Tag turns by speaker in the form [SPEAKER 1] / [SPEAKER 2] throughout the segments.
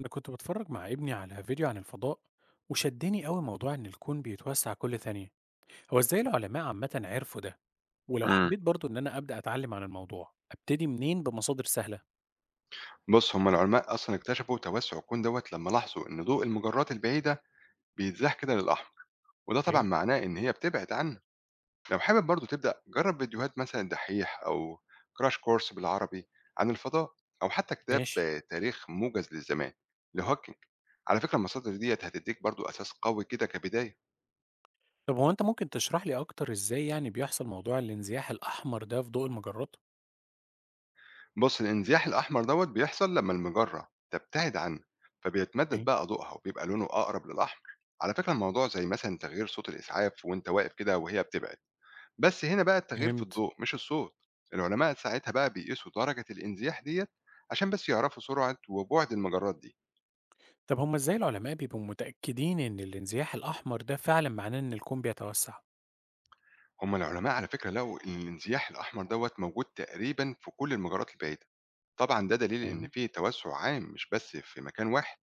[SPEAKER 1] أنا كنت بتفرج مع ابني على فيديو عن الفضاء وشدني قوي موضوع إن الكون بيتوسع كل ثانية، هو إزاي العلماء عامة عرفوا ده؟ ولو
[SPEAKER 2] امم
[SPEAKER 1] حبيت برضو إن أنا أبدأ أتعلم عن الموضوع، أبتدي منين بمصادر سهلة؟
[SPEAKER 2] بص، هم العلماء اصلا اكتشفوا توسع الكون دوت لما لاحظوا ان ضوء المجرات البعيده بيتزاح كده للاحمر، وده طبعا
[SPEAKER 1] اوكي.
[SPEAKER 2] معناه ان هي بتبعد عنه. لو حابب برضو تبدا، جرب فيديوهات مثلا الدحيح او كراش كورس بالعربي عن الفضاء، او حتى كتاب
[SPEAKER 1] ماشي،
[SPEAKER 2] آه، تاريخ موجز للزمان لهوكينج. على فكره المصادر ديت هتديك برضو اساس قوي كده كبدايه.
[SPEAKER 1] طب هو أنت ممكن تشرح لي أكتر إزاي يعني بيحصل موضوع الانزياح الأحمر ده في ضوء المجرات؟
[SPEAKER 2] بص الانزياح الأحمر دوت بيحصل لما المجرة تبتعد عنه، فبيتمدد
[SPEAKER 1] اوكي.
[SPEAKER 2] بقى ضوءها وبيبقى لونه أقرب للأحمر. على فكرة الموضوع زي مثلا تغيير صوت الإسعاف وأنت واقف كده وهي بتبعد، بس هنا بقى التغيير في
[SPEAKER 1] فهمت،
[SPEAKER 2] الضوء مش الصوت. العلماء ساعتها بقى بيقيسوا درجة الانزياح ديت عشان بس يعرفوا سرعة وبعد المجرات دي.
[SPEAKER 1] طب هما إزاي العلماء بيبقوا متأكدين إن الانزياح الأحمر ده فعلا معناه إن الكون بيتوسع؟
[SPEAKER 2] هم العلماء على فكرة لقوا إن الانزياح الأحمر دوت موجود تقريبا في كل المجرات البعيدة، طبعا ده دليل إن
[SPEAKER 1] تمام.
[SPEAKER 2] فيه توسع عام مش بس في مكان واحد.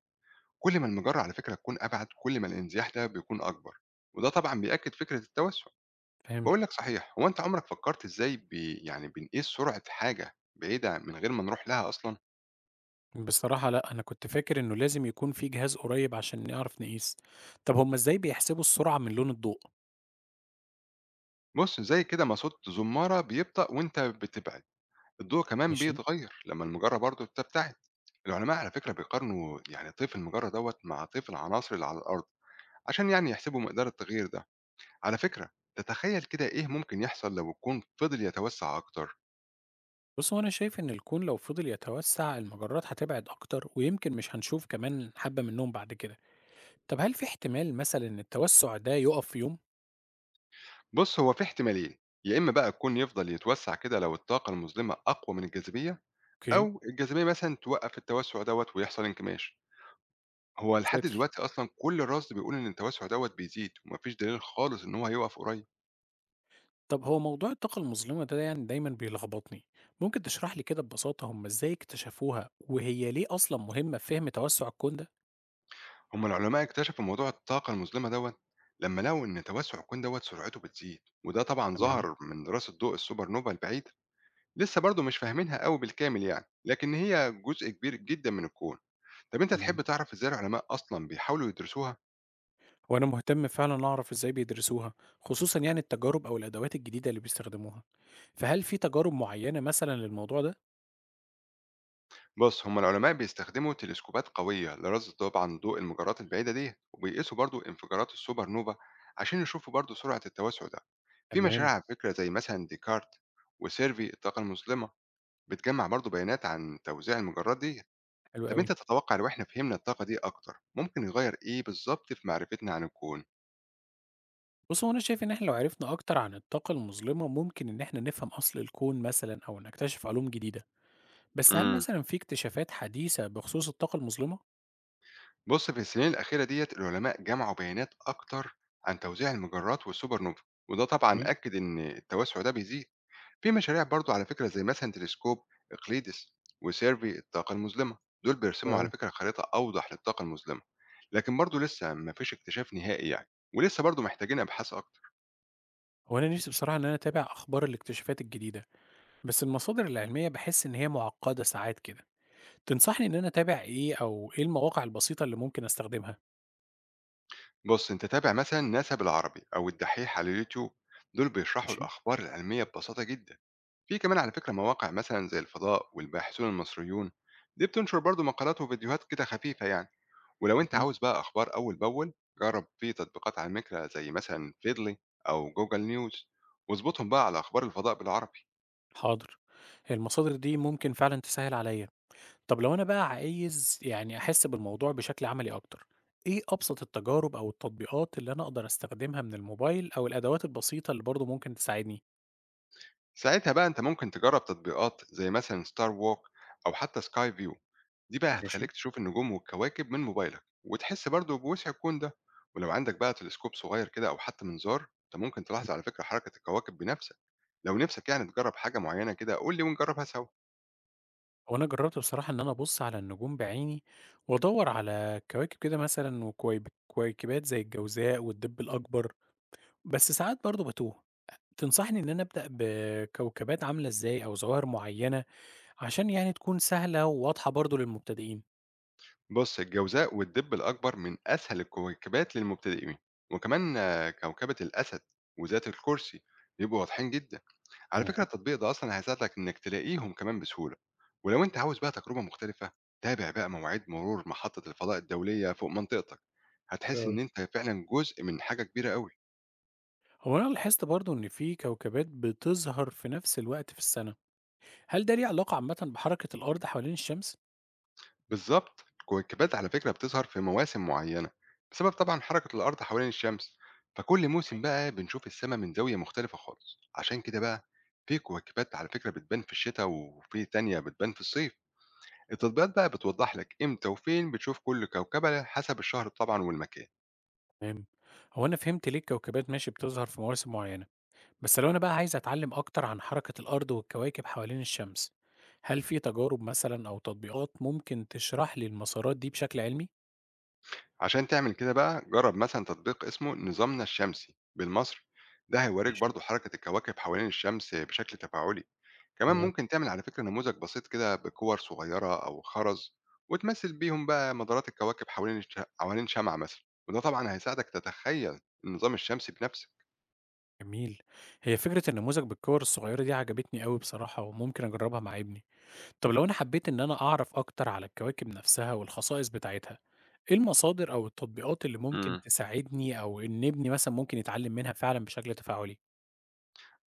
[SPEAKER 2] كل ما المجرة على فكرة تكون أبعد، كل ما الانزياح ده بيكون أكبر، وده طبعا بيأكد فكرة التوسع.
[SPEAKER 1] فهمت.
[SPEAKER 2] بقول لك صحيح، هو أنت عمرك فكرت إزاي بي يعني بنقيس سرعة حاجة بعيدة من غير ما نروح لها أصلا؟
[SPEAKER 1] بصراحة لأ، أنا كنت فاكر إنه لازم يكون في جهاز قريب عشان نعرف نقيس. طب هما إزاي بيحسبوا السرعة من لون الضوء؟
[SPEAKER 2] بص زي كده ما صوت زمارة بيبطأ وأنت بتبعد، الضوء كمان
[SPEAKER 1] ماشي.
[SPEAKER 2] بيتغير لما المجرة برضه بتبتعد. العلماء على فكرة بيقارنوا يعني طيف المجرة دوت مع طيف العناصر اللي على الأرض عشان يعني يحسبوا مقدار التغيير ده. على فكرة، تتخيل كده إيه ممكن يحصل لو الكون فضل يتوسع أكتر؟
[SPEAKER 1] بص هو أنا شايف إن الكون لو فضل يتوسع المجرات هتبعد أكتر ويمكن مش هنشوف كمان حبة منهم بعد كده. طب هل في احتمال مثلا إن التوسع ده يقف في يوم؟
[SPEAKER 2] بُص، هو في احتمالين، يا إما بقى الكون يفضل يتوسّع كده لو الطاقة المظلمة أقوى من الجاذبية،
[SPEAKER 1] اوكي.
[SPEAKER 2] أو الجاذبية مثلًا توقّف التوسّع دوّة ويحصل انكماش. هو لحد
[SPEAKER 1] ساتر.
[SPEAKER 2] دلوقتي أصلًا كل الرصد بيقول إن التوسّع دوّة بيزيد وما فيش دليل خالص إن هو هيوقف قريب.
[SPEAKER 1] طب هو موضوع الطاقة المظلمة ده يعني دايما بيلخبطني. ممكن تشرح لي كده ببساطة هما إزاي اكتشفوها وهي ليه أصلا مهمة في فهم توسع الكون ده؟
[SPEAKER 2] هم العلماء اكتشفوا موضوع الطاقة المظلمة دوّة لمّا لقوا إن توسّع الكون دوّة سرعته بتزيد، وده طبعًا
[SPEAKER 1] تمام،
[SPEAKER 2] ظهر من دراسة ضوء السوبر نوفا البعيدة. لسه برضه مش فاهمينها أوي بالكامل يعني، لكن هي جزء كبير جدًا من الكون. طب أنت
[SPEAKER 1] تمام،
[SPEAKER 2] تحب تعرف إزاي العلماء أصلًا بيحاولوا يدرسوها؟
[SPEAKER 1] وأنا مهتم فعلا أعرف إزاي بيدرسوها خصوصا يعني التجارب أو الأدوات الجديدة اللي بيستخدموها فهل في تجارب معينة مثلا للموضوع ده؟
[SPEAKER 2] بص هم العلماء بيستخدموا تلسكوبات قوية لرصد طبعا ضوء المجرات البعيدة دي، وبيقيسوا برضو انفجارات السوبر نوفا عشان يشوفوا برضو سرعة التوسع ده. في
[SPEAKER 1] تمام.
[SPEAKER 2] مشاريع على فكرة زي مثلا ديكارت وسيرفي الطاقة المظلمة، بتجمع برضو بيانات عن توزيع المجرات دي.
[SPEAKER 1] حلو
[SPEAKER 2] طب
[SPEAKER 1] قوي.
[SPEAKER 2] انت تتوقع لو احنا فهمنا الطاقة دي اكتر ممكن يغير ايه بالظبط في معرفتنا عن الكون؟
[SPEAKER 1] بص هو أنا شايف إن إحنا لو عرفنا أكتر عن الطاقة المظلمة ممكن إن إحنا نفهم أصل الكون مثلا أو نكتشف علوم جديدة بس هل
[SPEAKER 2] امم
[SPEAKER 1] مثلا في اكتشافات حديثة بخصوص الطاقة المظلمة؟
[SPEAKER 2] بص في السنين الأخيرة ديت العلماء جمعوا بيانات اكتر عن توزيع المجرات والسوبر نوفا، وده طبعا
[SPEAKER 1] اوكي.
[SPEAKER 2] أكد إن التوسع ده بيزيد. في مشاريع برضو على فكرة زي مثلا تلسكوب إقليدس وسيرفي الطاقة المظلمة، دول بيرسموا على
[SPEAKER 1] آه.
[SPEAKER 2] فكرة خريطة أوضح للطاقة المظلمة. لكن برضو لسه ما فيش اكتشاف نهائي يعني، ولسه برضو محتاجين أبحاث أكتر.
[SPEAKER 1] هو أنا نفسي بصراحة إن أنا أتابع أخبار الاكتشافات الجديدة بس المصادر العلمية بحس إن هي معقدة ساعات كده تنصحني إن أنا أتابع إيه أو إيه المواقع البسيطة اللي ممكن أستخدمها؟
[SPEAKER 2] بص أنت تابع مثلا ناسا بالعربي أو الدحيح على اليوتيوب، دول بيشرحوا
[SPEAKER 1] ماشي.
[SPEAKER 2] الأخبار العلمية ببساطة جدا. في كمان على فكرة مواقع مثلا زي الفضاء والباحثون المصريون، دي بتنشر برضو مقالات وفيديوهات كده خفيفة يعني. ولو أنت
[SPEAKER 1] اهم،
[SPEAKER 2] عاوز بقى أخبار أول بأول، جرب في تطبيقات على فكرة زي مثلا فيدلي أو جوجل نيوز، واظبطهم بقى على أخبار الفضاء بالعربي.
[SPEAKER 1] حاضر، هي المصادر دي ممكن فعلًا تسهّل عليّا. طب لو أنا بقى عايز يعني أحس بالموضوع بشكل عملي أكتر، إيه أبسط التجارب أو التطبيقات اللي أنا أقدر أستخدمها من الموبايل أو الأدوات البسيطة اللي برضه ممكن تساعدني؟
[SPEAKER 2] ساعتها بقى أنت ممكن تجرب تطبيقات زي مثلا ستار ووك أو حتى سكاي فيو، دي بقى
[SPEAKER 1] ماشي.
[SPEAKER 2] هتخليك تشوف النجوم والكواكب من موبايلك وتحس برضه بوسع الكون ده. ولو عندك بقى تلسكوب صغير كده أو حتى منظار، أنت ممكن
[SPEAKER 1] اهم.
[SPEAKER 2] تلاحظ على فكرة حركة الكواكب بنفسك. لو نفسك يعني تجرب حاجة معينة كده، قول لي ونجربها سوا.
[SPEAKER 1] هو أنا جرّبت بصراحة إن أنا أبُص على النجوم بعيني وأدوّر على كواكب كده مثلًا وكويب كويكبات زي الجوزاء والدب الأكبر، بس ساعات برضه باتوه. تنصحني إن أنا أبدأ بكوكبات عاملة إزاي أو ظواهر معيّنة عشان يعني تكون سهلة وواضحة برضه للمبتدئين.
[SPEAKER 2] بص الجوزاء والدب الأكبر من أسهل الكويكبات للمبتدئين، وكمان آه، كوكبة الأسد وذات الكرسي بيبقوا واضحين جدا. على فكرة
[SPEAKER 1] تمام،
[SPEAKER 2] التطبيق ده أصلا هيساعدك إنك تلاقيهم كمان بسهولة. ولو أنت عاوز بقى تجربة مختلفة، تابع بقى مواعيد مرور محطة الفضاء الدولية فوق منطقتك،
[SPEAKER 1] حلو
[SPEAKER 2] هتحس
[SPEAKER 1] أوي.
[SPEAKER 2] إن أنت فعلا جزء من حاجة كبيرة أوي.
[SPEAKER 1] هو أنا لاحظت برضه إن في كوكبات بتظهر في نفس الوقت في السنة، هل ده ليه علاقة عامةً بحركة الأرض حوالين الشمس؟
[SPEAKER 2] بالظبط، الكويكبات على فكرة بتظهر في مواسم معينة بسبب طبعا حركة الأرض حوالين الشمس، فكل موسم بقى بنشوف السماء من زاوية مختلفة خالص. عشان كده بقى في كويكبات على فكرة بتبان في الشتاء وفي تانية بتبان في الصيف. التطبيقات بقى بتوضح لك امتى وفين بتشوف كل كوكبة حسب الشهر طبعا والمكان.
[SPEAKER 1] تمام، هو أنا فهمت ليه الكوكبات ماشي بتظهر في مواسم معينة، بس لو أنا بقى عايز أتعلم أكتر عن حركة الأرض والكواكب حوالين الشمس، هل في تجارب مثلًا أو تطبيقات ممكن تشرح لي المسارات دي بشكل علمي؟
[SPEAKER 2] عشان تعمل كده بقى، جرب مثلا تطبيق اسمه نظامنا الشمسي بالمصري، ده هيوريك
[SPEAKER 1] ماشي،
[SPEAKER 2] برضو حركة الكواكب حوالين الشمس بشكل تفاعلي.
[SPEAKER 1] حلو
[SPEAKER 2] كمان
[SPEAKER 1] أوي.
[SPEAKER 2] ممكن تعمل على فكرة نموذج بسيط كده بكور صغيرة أو خرز، وتمثل بيهم بقى مدارات الكواكب حوالين شمعة مثلا، وده طبعا هيساعدك تتخيل النظام الشمسي بنفسك.
[SPEAKER 1] جميل، هي فكرة النموذج بالكور الصغيرة دي عجبتني أوي بصراحة وممكن أجربها مع ابني. طب لو أنا حبيت إن أنا أعرف أكتر على الكواكب نفسها والخصائص بتاعتها، إيه المصادر أو التطبيقات اللي ممكن
[SPEAKER 2] امم
[SPEAKER 1] تساعدني أو إن ابني مثلًا ممكن يتعلم منها فعلًا بشكل تفاعلي؟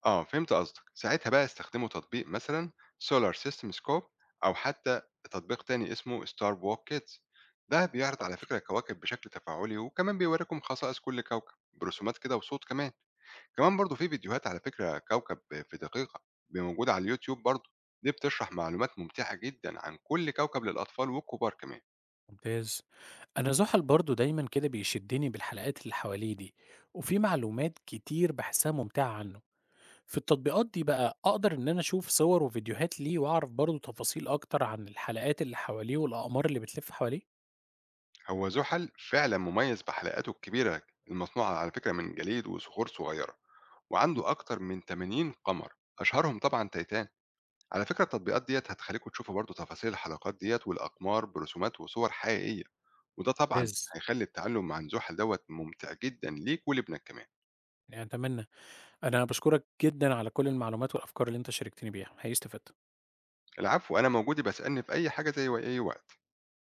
[SPEAKER 2] اه فهمت قصدك. ساعتها بقى استخدموا تطبيق مثلا سولار سيستم سكوب، أو حتى تطبيق تاني اسمه ستار ووك كيدز، ده بيعرض
[SPEAKER 1] طب.
[SPEAKER 2] على فكرة الكواكب بشكل تفاعلي وكمان بيوريكم خصائص كل كوكب برسومات كده وصوت كمان. كمان برضه في فيديوهات على فكرة كوكب في دقيقة موجودة على اليوتيوب برضه، دي بتشرح معلومات ممتعة جدا عن كل كوكب للأطفال والكبار كمان.
[SPEAKER 1] ممتاز. أنا زحل برضه دايمًا كده بيشدني بالحلقات اللي حواليه دي، وفي معلومات كتير باحسها ممتعة عنه. في التطبيقات دي بقى أقدر إن أنا أشوف صور وفيديوهات ليه وأعرف برضه تفاصيل أكتر عن الحلقات اللي حواليه والأقمار اللي بتلف حواليه؟
[SPEAKER 2] هو زحل فعلا مميز بحلقاته الكبيرة المصنوعة على فكرة من جليد وصخور صغيرة، وعنده أكتر من 80 قمر أشهرهم طبعا تيتان. على فكرة التطبيقات ديت هتخليكم تشوفوا برضه تفاصيل الحلقات ديت والأقمار برسومات وصور حقيقية، وده طبعا
[SPEAKER 1] ممتاز.
[SPEAKER 2] هيخلي التعلم عن زحل دوت ممتع جدا ليك ولابنك كمان.
[SPEAKER 1] يعني أتمنى أنا باشكرك جدًا على كل المعلومات والأفكار اللي أنت شاركتني بيها، هاقيس استفدت.
[SPEAKER 2] العفو، أنا موجود، بسألني في أي حاجة زي أي وقت.